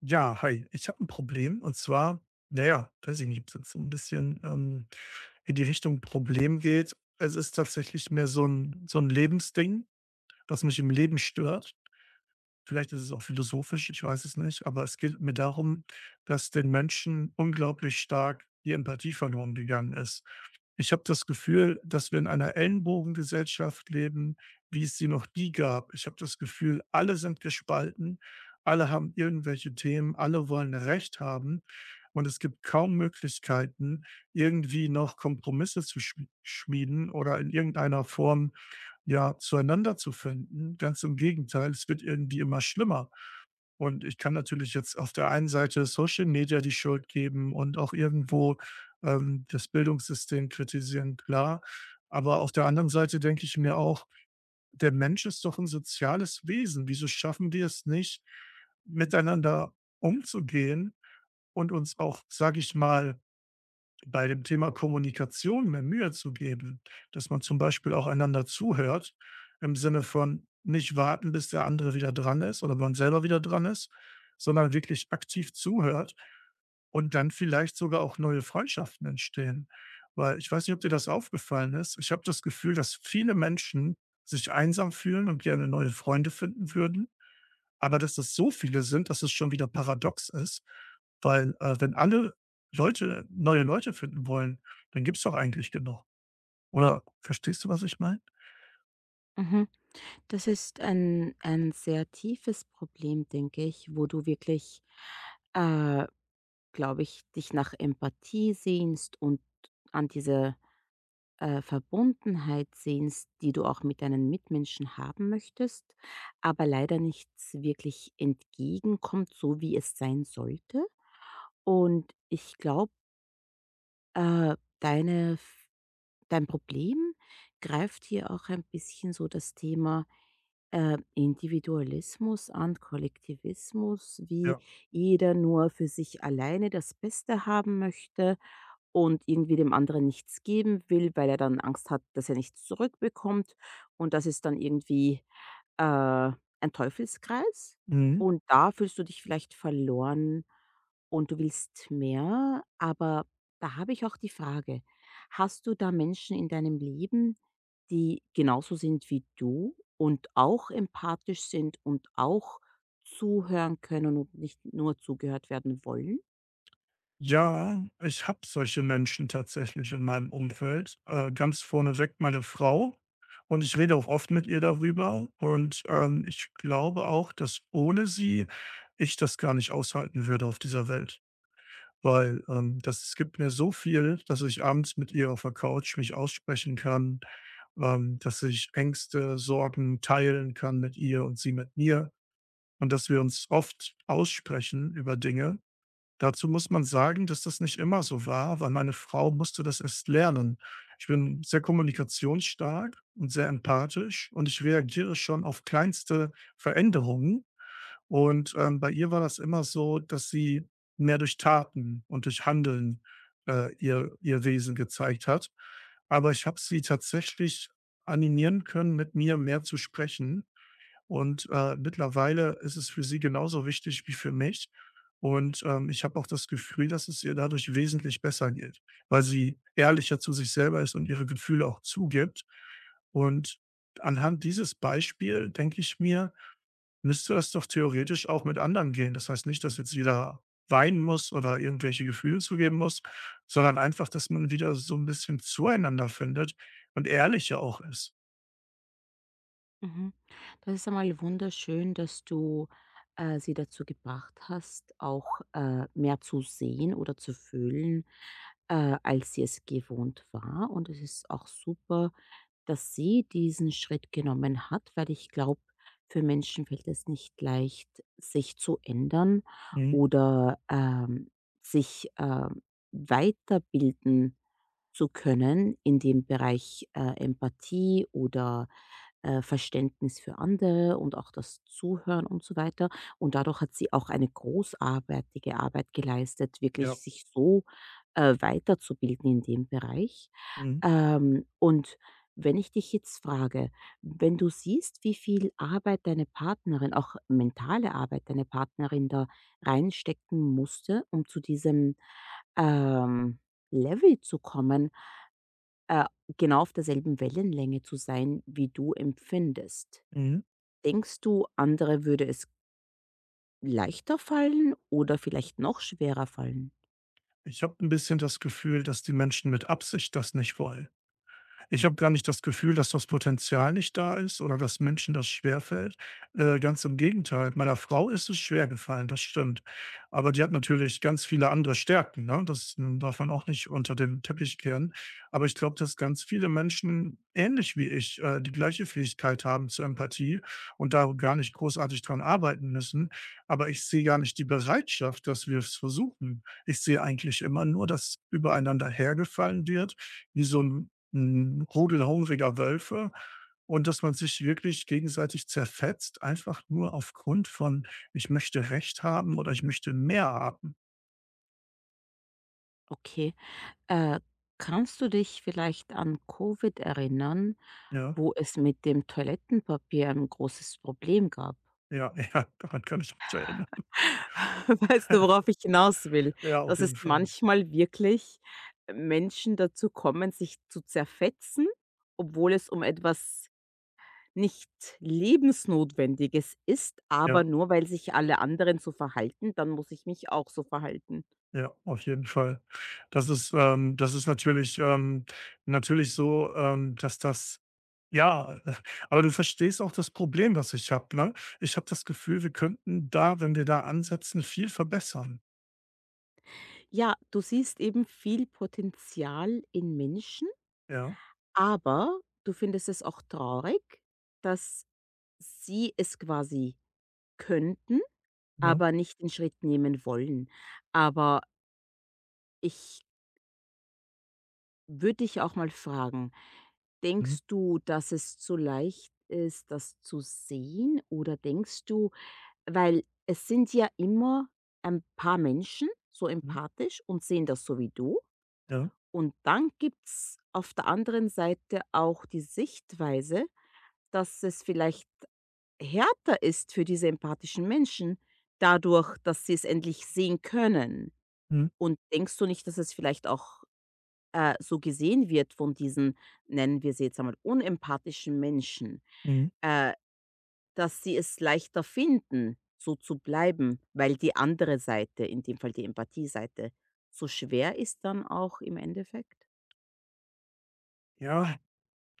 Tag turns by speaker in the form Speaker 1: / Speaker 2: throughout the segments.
Speaker 1: Ja, hi. Ich habe ein Problem und zwar, naja, weiß ich nicht, ob's jetzt so ein bisschen, in die Richtung Problem geht. Es ist tatsächlich mehr so ein Lebensding, das mich im Leben stört. Vielleicht ist es auch philosophisch, ich weiß es nicht, aber es geht mir darum, dass den Menschen unglaublich stark die Empathie verloren gegangen ist. Ich habe das Gefühl, dass wir in einer Ellenbogengesellschaft leben, wie es sie noch nie gab. Ich habe das Gefühl, alle sind gespalten, alle haben irgendwelche Themen, alle wollen Recht haben und es gibt kaum Möglichkeiten, irgendwie noch Kompromisse zu schmieden oder in irgendeiner Form ja zueinander zu finden. Ganz im Gegenteil, es wird irgendwie immer schlimmer. Und ich kann natürlich jetzt auf der einen Seite Social Media die Schuld geben und auch irgendwo, das Bildungssystem kritisieren, klar. Aber auf der anderen Seite denke ich mir auch, der Mensch ist doch ein soziales Wesen. Wieso schaffen wir es nicht, miteinander umzugehen und uns auch, sage ich mal, bei dem Thema Kommunikation mehr Mühe zu geben, dass man zum Beispiel auch einander zuhört, im Sinne von nicht warten, bis der andere wieder dran ist oder man selber wieder dran ist, sondern wirklich aktiv zuhört und dann vielleicht sogar auch neue Freundschaften entstehen. Weil ich weiß nicht, ob dir das aufgefallen ist. Ich habe das Gefühl, dass viele Menschen sich einsam fühlen und gerne neue Freunde finden würden, aber dass das so viele sind, dass es schon wieder paradox ist, weil, wenn alle Leute neue Leute finden wollen, dann gibt's doch eigentlich genug. Oder verstehst du, was ich meine?
Speaker 2: Mhm. Das ist ein sehr tiefes Problem, denke ich, wo du wirklich, äh, glaube ich, dich nach Empathie sehnst und an diese, Verbundenheit sehnst, die du auch mit deinen Mitmenschen haben möchtest, aber leider nichts wirklich entgegenkommt, so wie es sein sollte. Und ich glaube, äh, deine Dein Problem greift hier auch ein bisschen so das Thema Individualismus an, Kollektivismus, wie
Speaker 1: Ja.
Speaker 2: jeder nur für sich alleine das Beste haben möchte und irgendwie dem anderen nichts geben will, weil er dann Angst hat, dass er nichts zurückbekommt. Und das ist dann irgendwie äh, ein Teufelskreis,
Speaker 1: Mhm.
Speaker 2: und da fühlst du dich vielleicht verloren und du willst mehr, aber da habe ich auch die Frage: Hast du da Menschen in deinem Leben, die genauso sind wie du und auch empathisch sind und auch zuhören können und nicht nur zugehört werden wollen?
Speaker 1: Ja, ich habe solche Menschen tatsächlich in meinem Umfeld. Ganz vorneweg meine Frau. Und ich rede auch oft mit ihr darüber. Und ich glaube auch, dass ohne sie ich das gar nicht aushalten würde auf dieser Welt. Weil das gibt mir so viel, dass ich abends mit ihr auf der Couch mich aussprechen kann, dass ich Ängste, Sorgen teilen kann mit ihr und sie mit mir. Und dass wir uns oft aussprechen über Dinge. Dazu muss man sagen, dass das nicht immer so war, weil meine Frau musste das erst lernen. Ich bin sehr kommunikationsstark und sehr empathisch und ich reagiere schon auf kleinste Veränderungen. Und, bei ihr war das immer so, dass sie mehr durch Taten und durch Handeln, ihr ihr Wesen gezeigt hat. Aber ich habe sie tatsächlich animieren können, mit mir mehr zu sprechen und, mittlerweile ist es für sie genauso wichtig wie für mich. Und, ich habe auch das Gefühl, dass es ihr dadurch wesentlich besser geht, weil sie ehrlicher zu sich selber ist und ihre Gefühle auch zugibt. Und anhand dieses Beispiel denke ich mir, müsste das doch theoretisch auch mit anderen gehen. Das heißt nicht, dass jetzt jeder weinen muss oder irgendwelche Gefühle zugeben muss, sondern einfach, dass man wieder so ein bisschen zueinander findet und ehrlicher auch ist.
Speaker 2: Mhm. Das ist einmal wunderschön, dass du sie dazu gebracht hast, auch mehr zu sehen oder zu fühlen, als sie es gewohnt war. Und es ist auch super, dass sie diesen Schritt genommen hat, weil ich glaube, für Menschen fällt es nicht leicht, sich zu ändern,
Speaker 1: Mhm.
Speaker 2: oder sich weiterbilden zu können in dem Bereich Empathie oder Verständnis für andere und auch das Zuhören und so weiter. Und dadurch hat sie auch eine großartige Arbeit geleistet,
Speaker 1: Ja.
Speaker 2: wirklich sich so weiterzubilden in dem Bereich.
Speaker 1: Mhm.
Speaker 2: Und wenn ich dich jetzt frage, wenn du siehst, wie viel Arbeit deine Partnerin, auch mentale Arbeit deine Partnerin da reinstecken musste, um zu diesem ähm, Level zu kommen, äh, genau auf derselben Wellenlänge zu sein, wie du empfindest.
Speaker 1: Mhm.
Speaker 2: Denkst du, andere würde es leichter fallen oder vielleicht noch schwerer fallen?
Speaker 1: Ich habe ein bisschen das Gefühl, dass die Menschen mit Absicht das nicht wollen. Ich habe gar nicht das Gefühl, dass das Potenzial nicht da ist oder dass Menschen das schwerfällt. Ganz im Gegenteil. Meiner Frau ist es schwer gefallen, das stimmt. Aber die hat natürlich ganz viele andere Stärken, ne? Das darf man auch nicht unter den Teppich kehren. Aber ich glaube, dass ganz viele Menschen ähnlich wie ich, die gleiche Fähigkeit haben zur Empathie und da gar nicht großartig dran arbeiten müssen. Aber ich sehe gar nicht die Bereitschaft, dass wir es versuchen. Ich sehe eigentlich immer nur, dass übereinander hergefallen wird, wie so ein 'n Rudel hungriger Wölfe und dass man sich wirklich gegenseitig zerfetzt, einfach nur aufgrund von: „Ich möchte Recht haben oder ich möchte mehr haben.“
Speaker 2: Okay. Äh, Kannst du dich vielleicht an Covid erinnern,
Speaker 1: Ja,
Speaker 2: wo es mit dem Toilettenpapier ein großes Problem gab?
Speaker 1: ja, ja, daran kann ich mich erinnern.
Speaker 2: Weißt du, worauf ich hinaus will?
Speaker 1: Ja, auf
Speaker 2: Dass
Speaker 1: jeden
Speaker 2: es
Speaker 1: Fall.
Speaker 2: manchmal wirklich Menschen dazu kommen, sich zu zerfetzen, obwohl es um etwas nichts Lebensnotwendiges ist, aber
Speaker 1: Ja,
Speaker 2: nur weil sich alle anderen so verhalten, dann muss ich mich auch so verhalten.
Speaker 1: ja, auf jeden Fall. Das ist natürlich dass das ja, aber du verstehst auch das Problem, was ich habe, ne? Ich habe das Gefühl, wir könnten da, wenn wir da ansetzen, viel verbessern.
Speaker 2: Ja, du siehst eben viel Potenzial in Menschen,
Speaker 1: Ja,
Speaker 2: aber du findest es auch traurig, dass sie es quasi könnten,
Speaker 1: ja.
Speaker 2: aber nicht den Schritt nehmen wollen. Aber ich würde dich auch mal fragen,
Speaker 1: Mhm,
Speaker 2: denkst du, dass es zu leicht ist, das zu sehen oder denkst du? Weil es sind ja immer ein paar Menschen so
Speaker 1: mhm,
Speaker 2: empathisch und sehen das so wie du.
Speaker 1: ja.
Speaker 2: Und dann gibt's auf der anderen Seite auch die Sichtweise, dass es vielleicht härter ist für diese empathischen Menschen, dadurch, dass sie es endlich sehen können.
Speaker 1: Mhm,
Speaker 2: Und denkst du nicht, dass es vielleicht auch so gesehen wird von diesen, nennen wir sie jetzt einmal, unempathischen Menschen?
Speaker 1: mhm.
Speaker 2: Äh, Dass sie es leichter finden, so zu bleiben, weil die andere Seite, in dem Fall die Empathieseite, so schwer ist dann auch im Endeffekt?
Speaker 1: Ja,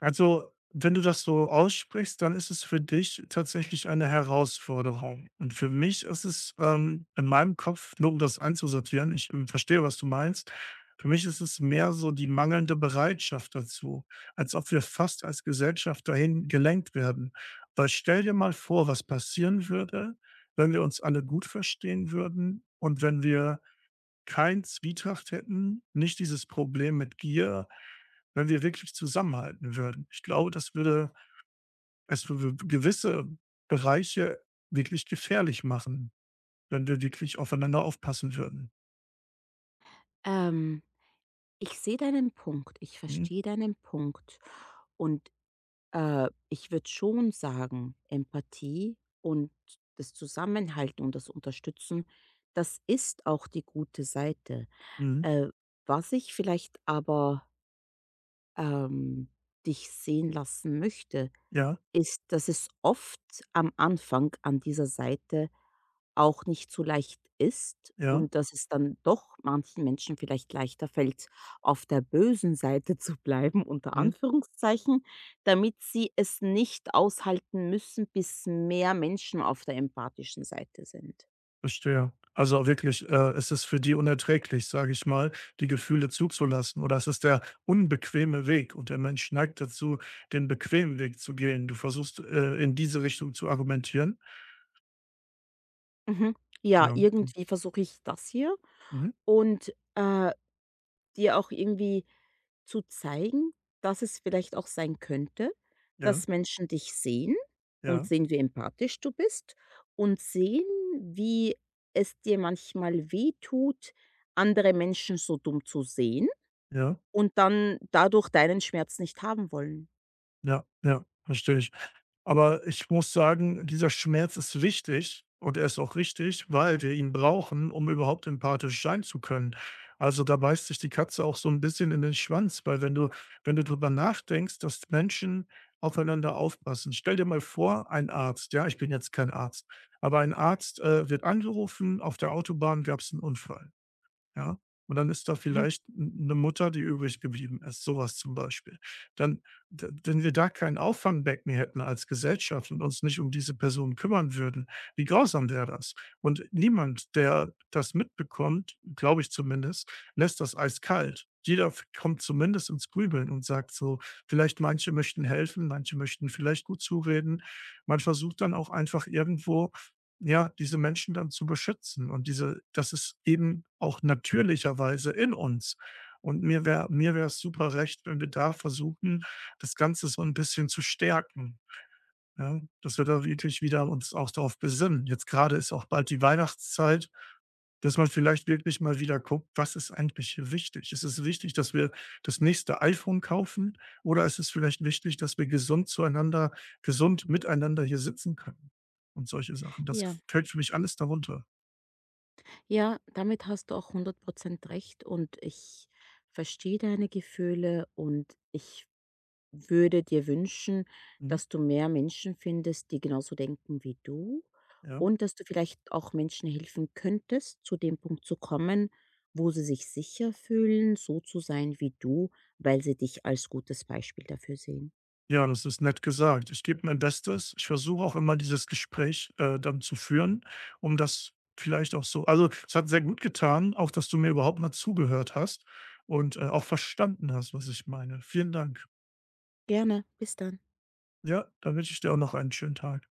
Speaker 1: also, wenn du das so aussprichst, dann ist es für dich tatsächlich eine Herausforderung. Und für mich ist es, in meinem Kopf, nur um das einzusortieren, ich verstehe, was du meinst. Für mich ist es mehr so die mangelnde Bereitschaft dazu, als ob wir fast als Gesellschaft dahin gelenkt werden. Weil stell dir mal vor, was passieren würde, wenn wir uns alle gut verstehen würden und wenn wir kein Zwietracht hätten, nicht dieses Problem mit Gier, wenn wir wirklich zusammenhalten würden. Ich glaube, das würde es für gewisse Bereiche wirklich gefährlich machen, wenn wir wirklich aufeinander aufpassen würden.
Speaker 2: Ähm, Ich sehe deinen Punkt, ich
Speaker 1: Mhm.
Speaker 2: verstehe deinen Punkt, und ich würde schon sagen, Empathie und das Zusammenhalten und das Unterstützen, das ist auch die gute Seite.
Speaker 1: Mhm.
Speaker 2: Äh, Was ich vielleicht aber, ähm, dich sehen lassen möchte
Speaker 1: Ja,
Speaker 2: ist, dass es oft am Anfang an dieser Seite auch nicht so leicht ist
Speaker 1: ja,
Speaker 2: und dass es dann doch manchen Menschen vielleicht leichter fällt, auf der bösen Seite zu bleiben, unter
Speaker 1: mhm.
Speaker 2: Anführungszeichen, damit sie es nicht aushalten müssen, bis mehr Menschen auf der empathischen Seite sind.
Speaker 1: Verstehe. Also wirklich, es ist für die unerträglich, sage ich mal, die Gefühle zuzulassen oder es ist der unbequeme Weg und der Mensch neigt dazu, den bequemen Weg zu gehen. Du versuchst, in diese Richtung zu argumentieren?
Speaker 2: Mhm. Ja,
Speaker 1: Ja.
Speaker 2: irgendwie versuche ich das hier
Speaker 1: Mhm.
Speaker 2: und, Dir auch irgendwie zu zeigen, dass es vielleicht auch sein könnte,
Speaker 1: Ja,
Speaker 2: dass Menschen dich sehen und
Speaker 1: ja,
Speaker 2: sehen, wie empathisch du bist und sehen, wie es dir manchmal wehtut, andere Menschen so dumm zu sehen
Speaker 1: ja,
Speaker 2: und dann dadurch deinen Schmerz nicht haben wollen.
Speaker 1: ja, ja, verstehe ich. Aber ich muss sagen, dieser Schmerz ist wichtig und er ist auch richtig, weil wir ihn brauchen, um überhaupt empathisch sein zu können. Also da beißt sich die Katze auch so ein bisschen in den Schwanz, weil wenn du drüber nachdenkst, dass Menschen aufeinander aufpassen. Stell dir mal vor, ein Arzt, ja, ich bin jetzt kein Arzt, aber ein Arzt, wird angerufen, auf der Autobahn gab's einen Unfall. Ja? Und dann ist da
Speaker 2: Mhm.
Speaker 1: vielleicht eine Mutter, die übrig geblieben ist, so was zum Beispiel. Dann d wenn wir da kein Auffangbecken hätten als Gesellschaft und uns nicht um diese Person kümmern würden, wie grausam wäre das? Und niemand, der das mitbekommt, glaube ich zumindest, lässt das eiskalt. Jeder f kommt zumindest ins Grübeln und sagt so, vielleicht manche möchten helfen, manche möchten vielleicht gut zureden. Man versucht dann auch einfach irgendwo ja, diese Menschen dann zu beschützen und diese, das ist eben auch natürlicherweise in uns. Und mir wäre es super recht, wenn wir da versuchen, das Ganze so ein bisschen zu stärken, ja? Dass wir da wirklich wieder uns auch darauf besinnen. Jetzt gerade ist auch bald die Weihnachtszeit, dass man vielleicht wirklich mal wieder guckt, was ist eigentlich hier wichtig? Ist es wichtig, dass wir das nächste iPhone kaufen oder ist es vielleicht wichtig, dass wir gesund miteinander hier sitzen können und solche Sachen? Das
Speaker 2: Ja,
Speaker 1: fällt für mich alles darunter.
Speaker 2: ja, damit hast du auch 100% recht und ich verstehe deine Gefühle und ich würde dir wünschen,
Speaker 1: Mhm,
Speaker 2: dass du mehr Menschen findest, die genauso denken wie du
Speaker 1: ja.
Speaker 2: und dass du vielleicht auch Menschen helfen könntest, zu dem Punkt zu kommen, wo sie sich sicher fühlen, so zu sein wie du, weil sie dich als gutes Beispiel dafür sehen.
Speaker 1: Ja, das ist nett gesagt. Ich gebe mein Bestes. Ich versuche auch immer dieses Gespräch, dann zu führen, um das vielleicht auch so, also, es hat sehr gut getan, auch dass du mir überhaupt mal zugehört hast und, auch verstanden hast, was ich meine. Vielen Dank.
Speaker 2: Gerne, bis dann.
Speaker 1: Ja, dann wünsche ich dir auch noch einen schönen Tag.